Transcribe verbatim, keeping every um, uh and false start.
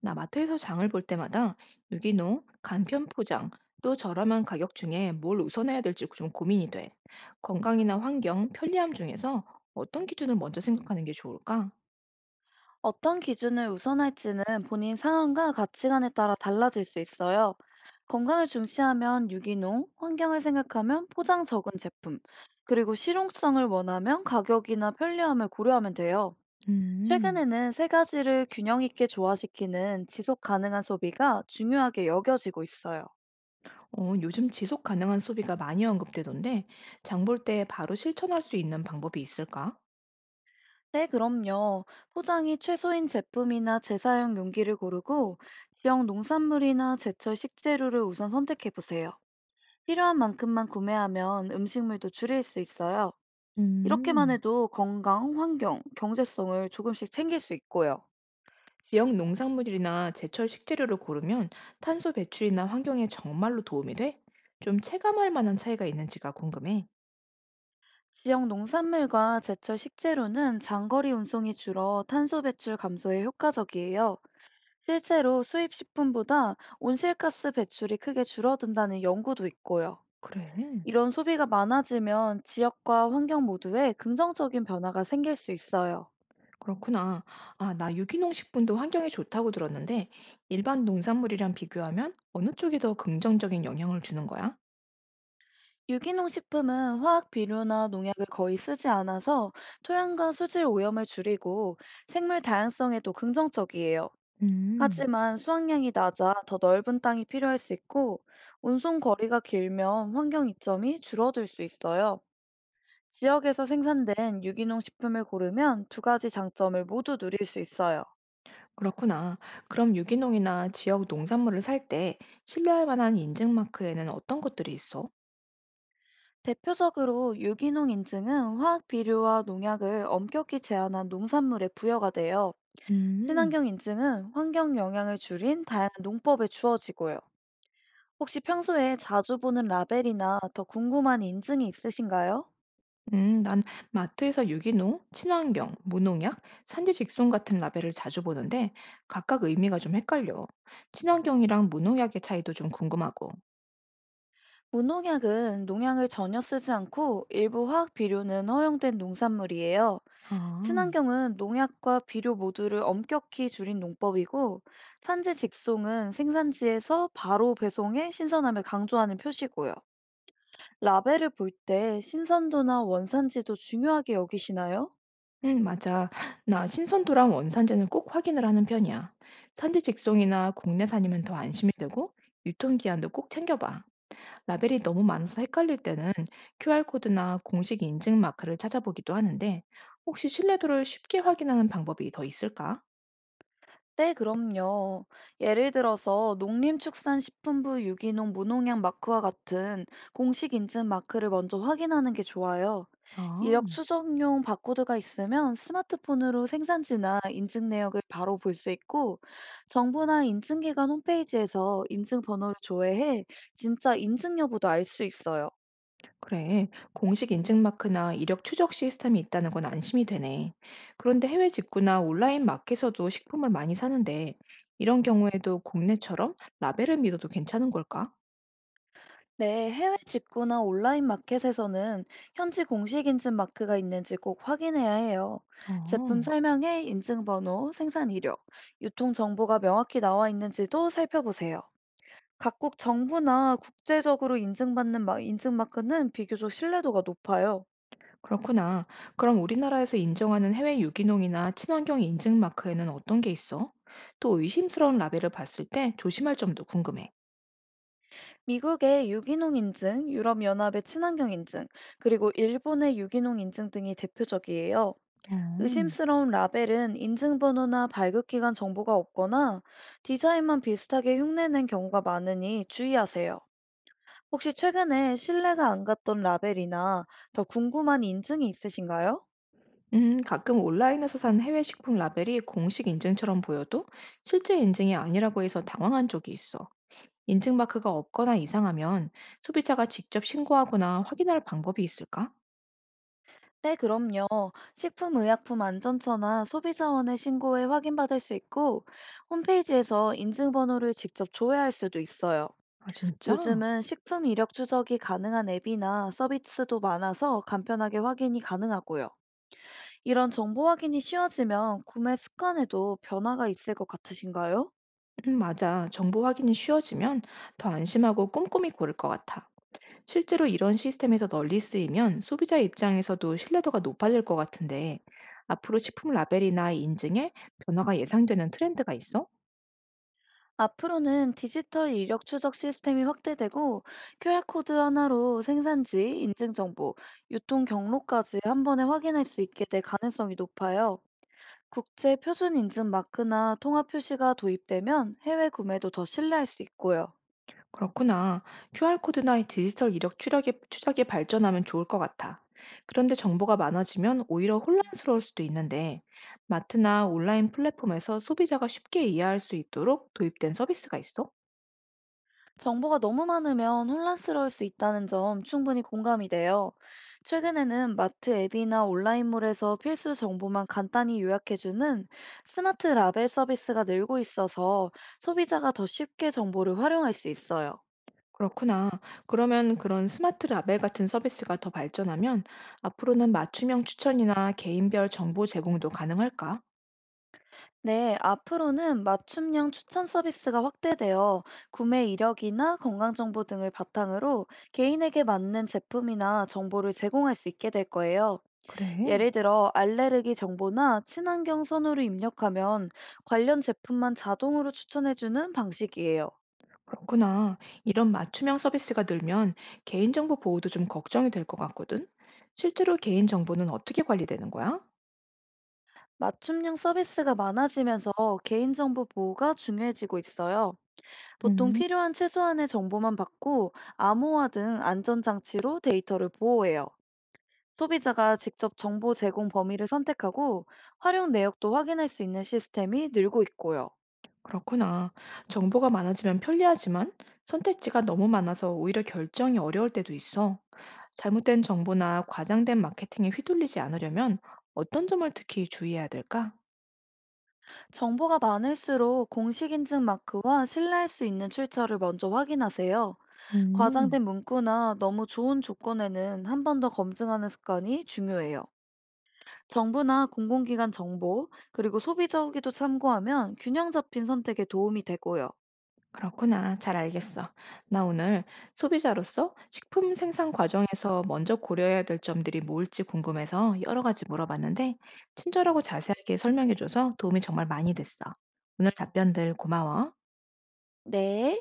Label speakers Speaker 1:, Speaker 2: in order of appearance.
Speaker 1: 나 마트에서 장을 볼 때마다 유기농, 간편 포장, 또 저렴한 가격 중에 뭘 우선해야 될지 좀 고민이 돼. 건강이나 환경, 편리함 중에서 어떤 기준을 먼저 생각하는 게 좋을까?
Speaker 2: 어떤 기준을 우선할지는 본인 상황과 가치관에 따라 달라질 수 있어요. 건강을 중시하면 유기농, 환경을 생각하면 포장 적은 제품, 그리고 실용성을 원하면 가격이나 편리함을 고려하면 돼요.
Speaker 1: 음,
Speaker 2: 최근에는 세 가지를 균형 있게 조화시키는 지속 가능한 소비가 중요하게 여겨지고 있어요.
Speaker 1: 어, 요즘 지속 가능한 소비가 많이 언급되던데 장 볼 때 바로 실천할 수 있는 방법이 있을까?
Speaker 2: 네, 그럼요. 포장이 최소인 제품이나 재사용 용기를 고르고 지역 농산물이나 제철 식재료를 우선 선택해 보세요. 필요한 만큼만 구매하면 음식물도 줄일 수 있어요. 이렇게만
Speaker 1: 음,
Speaker 2: 해도 건강, 환경, 경제성을 조금씩 챙길 수 있고요.
Speaker 1: 지역 농산물이나 제철 식재료를 고르면 탄소 배출이나 환경에 정말로 도움이 돼? 좀 체감할 만한 차이가 있는지가 궁금해.
Speaker 2: 지역 농산물과 제철 식재료는 장거리 운송이 줄어 탄소 배출 감소에 효과적이에요. 실제로 수입 식품보다 온실가스 배출이 크게 줄어든다는 연구도 있고요.
Speaker 1: 그래.
Speaker 2: 이런 소비가 많아지면 지역과 환경 모두에 긍정적인 변화가 생길 수 있어요.
Speaker 1: 그렇구나. 아, 나 유기농 식품도 환경에 좋다고 들었는데 일반 농산물이랑 비교하면 어느 쪽이 더 긍정적인 영향을 주는 거야?
Speaker 2: 유기농 식품은 화학 비료나 농약을 거의 쓰지 않아서 토양과 수질 오염을 줄이고 생물 다양성에도 긍정적이에요.
Speaker 1: 음,
Speaker 2: 하지만 수확량이 낮아 더 넓은 땅이 필요할 수 있고 운송 거리가 길면 환경 이점이 줄어들 수 있어요. 지역에서 생산된 유기농 식품을 고르면 두 가지 장점을 모두 누릴 수 있어요.
Speaker 1: 그렇구나. 그럼 유기농이나 지역 농산물을 살 때 신뢰할 만한 인증 마크에는 어떤 것들이 있어?
Speaker 2: 대표적으로 유기농 인증은 화학 비료와 농약을 엄격히 제한한 농산물에 부여가 돼요.
Speaker 1: 음,
Speaker 2: 친환경 인증은 환경 영향을 줄인 다양한 농법에 주어지고요. 혹시 평소에 자주 보는 라벨이나 더 궁금한 인증이 있으신가요?
Speaker 1: 음, 난 마트에서 유기농, 친환경, 무농약, 산지 직송 같은 라벨을 자주 보는데 각각 의미가 좀 헷갈려. 친환경이랑 무농약의 차이도 좀 궁금하고.
Speaker 2: 무농약은 농약을 전혀 쓰지 않고 일부 화학 비료는 허용된 농산물이에요.
Speaker 1: 아.
Speaker 2: 친환경은 농약과 비료 모두를 엄격히 줄인 농법이고, 산지 직송은 생산지에서 바로 배송해 신선함을 강조하는 표시고요. 라벨을 볼 때 신선도나 원산지도 중요하게 여기시나요?
Speaker 1: 응, 맞아. 나 신선도랑 원산지는 꼭 확인을 하는 편이야. 산지 직송이나 국내산이면 더 안심이 되고, 유통기한도 꼭 챙겨봐. 라벨이 너무 많아서 헷갈릴 때는 큐알코드나 공식 인증 마크를 찾아보기도 하는데, 혹시 신뢰도를 쉽게 확인하는 방법이 더 있을까?
Speaker 2: 네, 그럼요. 예를 들어서 농림축산식품부 유기농 무농약 마크와 같은 공식 인증 마크를 먼저 확인하는 게 좋아요. 이력
Speaker 1: 아.
Speaker 2: 추적용 바코드가 있으면 스마트폰으로 생산지나 인증 내역을 바로 볼 수 있고, 정부나 인증기관 홈페이지에서 인증 번호를 조회해 진짜 인증 여부도 알 수 있어요.
Speaker 1: 그래, 공식 인증 마크나 이력 추적 시스템이 있다는 건 안심이 되네. 그런데 해외 직구나 온라인 마켓에서도 식품을 많이 사는데, 이런 경우에도 국내처럼 라벨을 믿어도 괜찮은 걸까?
Speaker 2: 네, 해외 직구나 온라인 마켓에서는 현지 공식 인증 마크가 있는지 꼭 확인해야 해요. 제품
Speaker 1: 어,
Speaker 2: 설명에 인증번호, 생산 이력, 유통 정보가 명확히 나와 있는지도 살펴보세요. 각국 정부나 국제적으로 인증받는 마, 인증 마크는 비교적 신뢰도가 높아요.
Speaker 1: 그렇구나. 그럼 우리나라에서 인정하는 해외 유기농이나 친환경 인증 마크에는 어떤 게 있어? 또 의심스러운 라벨을 봤을 때 조심할 점도 궁금해.
Speaker 2: 미국의 유기농 인증, 유럽연합의 친환경 인증, 그리고 일본의 유기농 인증 등이 대표적이에요.
Speaker 1: 어.
Speaker 2: 의심스러운 라벨은 인증번호나 발급기간 정보가 없거나 디자인만 비슷하게 흉내낸 경우가 많으니 주의하세요. 혹시 최근에 신뢰가 안 갔던 라벨이나 더 궁금한 인증이 있으신가요?
Speaker 1: 음, 가끔 온라인에서 산 해외 식품 라벨이 공식 인증처럼 보여도 실제 인증이 아니라고 해서 당황한 적이 있어. 인증 마크가 없거나 이상하면 소비자가 직접 신고하거나 확인할 방법이 있을까?
Speaker 2: 네, 그럼요. 식품의약품안전처나 소비자원에 신고해 확인받을 수 있고, 홈페이지에서 인증번호를 직접 조회할 수도 있어요.
Speaker 1: 아, 진짜?
Speaker 2: 요즘은 식품 이력 추적이 가능한 앱이나 서비스도 많아서 간편하게 확인이 가능하고요. 이런 정보 확인이 쉬워지면 구매 습관에도 변화가 있을 것 같으신가요?
Speaker 1: 음, 맞아. 정보 확인이 쉬워지면 더 안심하고 꼼꼼히 고를 것 같아. 실제로 이런 시스템에서 널리 쓰이면 소비자 입장에서도 신뢰도가 높아질 것 같은데, 앞으로 식품 라벨이나 인증에 변화가 예상되는 트렌드가 있어?
Speaker 2: 앞으로는 디지털 이력 추적 시스템이 확대되고 큐알코드 하나로 생산지, 인증 정보, 유통 경로까지 한 번에 확인할 수 있게 될 가능성이 높아요. 국제 표준 인증 마크나 통합 표시가 도입되면 해외 구매도 더 신뢰할 수 있고요.
Speaker 1: 그렇구나. 큐알코드나 디지털 이력 추적이, 추적이 발전하면 좋을 것 같아. 그런데 정보가 많아지면 오히려 혼란스러울 수도 있는데, 마트나 온라인 플랫폼에서 소비자가 쉽게 이해할 수 있도록 도입된 서비스가 있어?
Speaker 2: 정보가 너무 많으면 혼란스러울 수 있다는 점 충분히 공감이 돼요. 최근에는 마트 앱이나 온라인몰에서 필수 정보만 간단히 요약해주는 스마트 라벨 서비스가 늘고 있어서 소비자가 더 쉽게 정보를 활용할 수 있어요.
Speaker 1: 그렇구나. 그러면 그런 스마트 라벨 같은 서비스가 더 발전하면 앞으로는 맞춤형 추천이나 개인별 정보 제공도 가능할까?
Speaker 2: 네, 앞으로는 맞춤형 추천 서비스가 확대되어 구매 이력이나 건강정보 등을 바탕으로 개인에게 맞는 제품이나 정보를 제공할 수 있게 될 거예요.
Speaker 1: 그래.
Speaker 2: 예를 들어 알레르기 정보나 친환경 선호를 입력하면 관련 제품만 자동으로 추천해주는 방식이에요.
Speaker 1: 그렇구나. 이런 맞춤형 서비스가 늘면 개인정보 보호도 좀 걱정이 될 것 같거든. 실제로 개인정보는 어떻게 관리되는 거야?
Speaker 2: 맞춤형 서비스가 많아지면서 개인정보 보호가 중요해지고 있어요. 보통
Speaker 1: 음,
Speaker 2: 필요한 최소한의 정보만 받고 암호화 등 안전장치로 데이터를 보호해요. 소비자가 직접 정보 제공 범위를 선택하고 활용 내역도 확인할 수 있는 시스템이 늘고 있고요.
Speaker 1: 그렇구나. 정보가 많아지면 편리하지만 선택지가 너무 많아서 오히려 결정이 어려울 때도 있어. 잘못된 정보나 과장된 마케팅에 휘둘리지 않으려면 어떤 점을 특히 주의해야 될까?
Speaker 2: 정보가 많을수록 공식 인증 마크와 신뢰할 수 있는 출처를 먼저 확인하세요.
Speaker 1: 음.
Speaker 2: 과장된 문구나 너무 좋은 조건에는 한 번 더 검증하는 습관이 중요해요. 정부나 공공기관 정보, 그리고 소비자 후기도 참고하면 균형 잡힌 선택에 도움이 되고요.
Speaker 1: 그렇구나. 잘 알겠어. 나 오늘 소비자로서 식품 생산 과정에서 먼저 고려해야 될 점들이 뭘지 궁금해서 여러 가지 물어봤는데, 친절하고 자세하게 설명해줘서 도움이 정말 많이 됐어. 오늘 답변들 고마워.
Speaker 2: 네.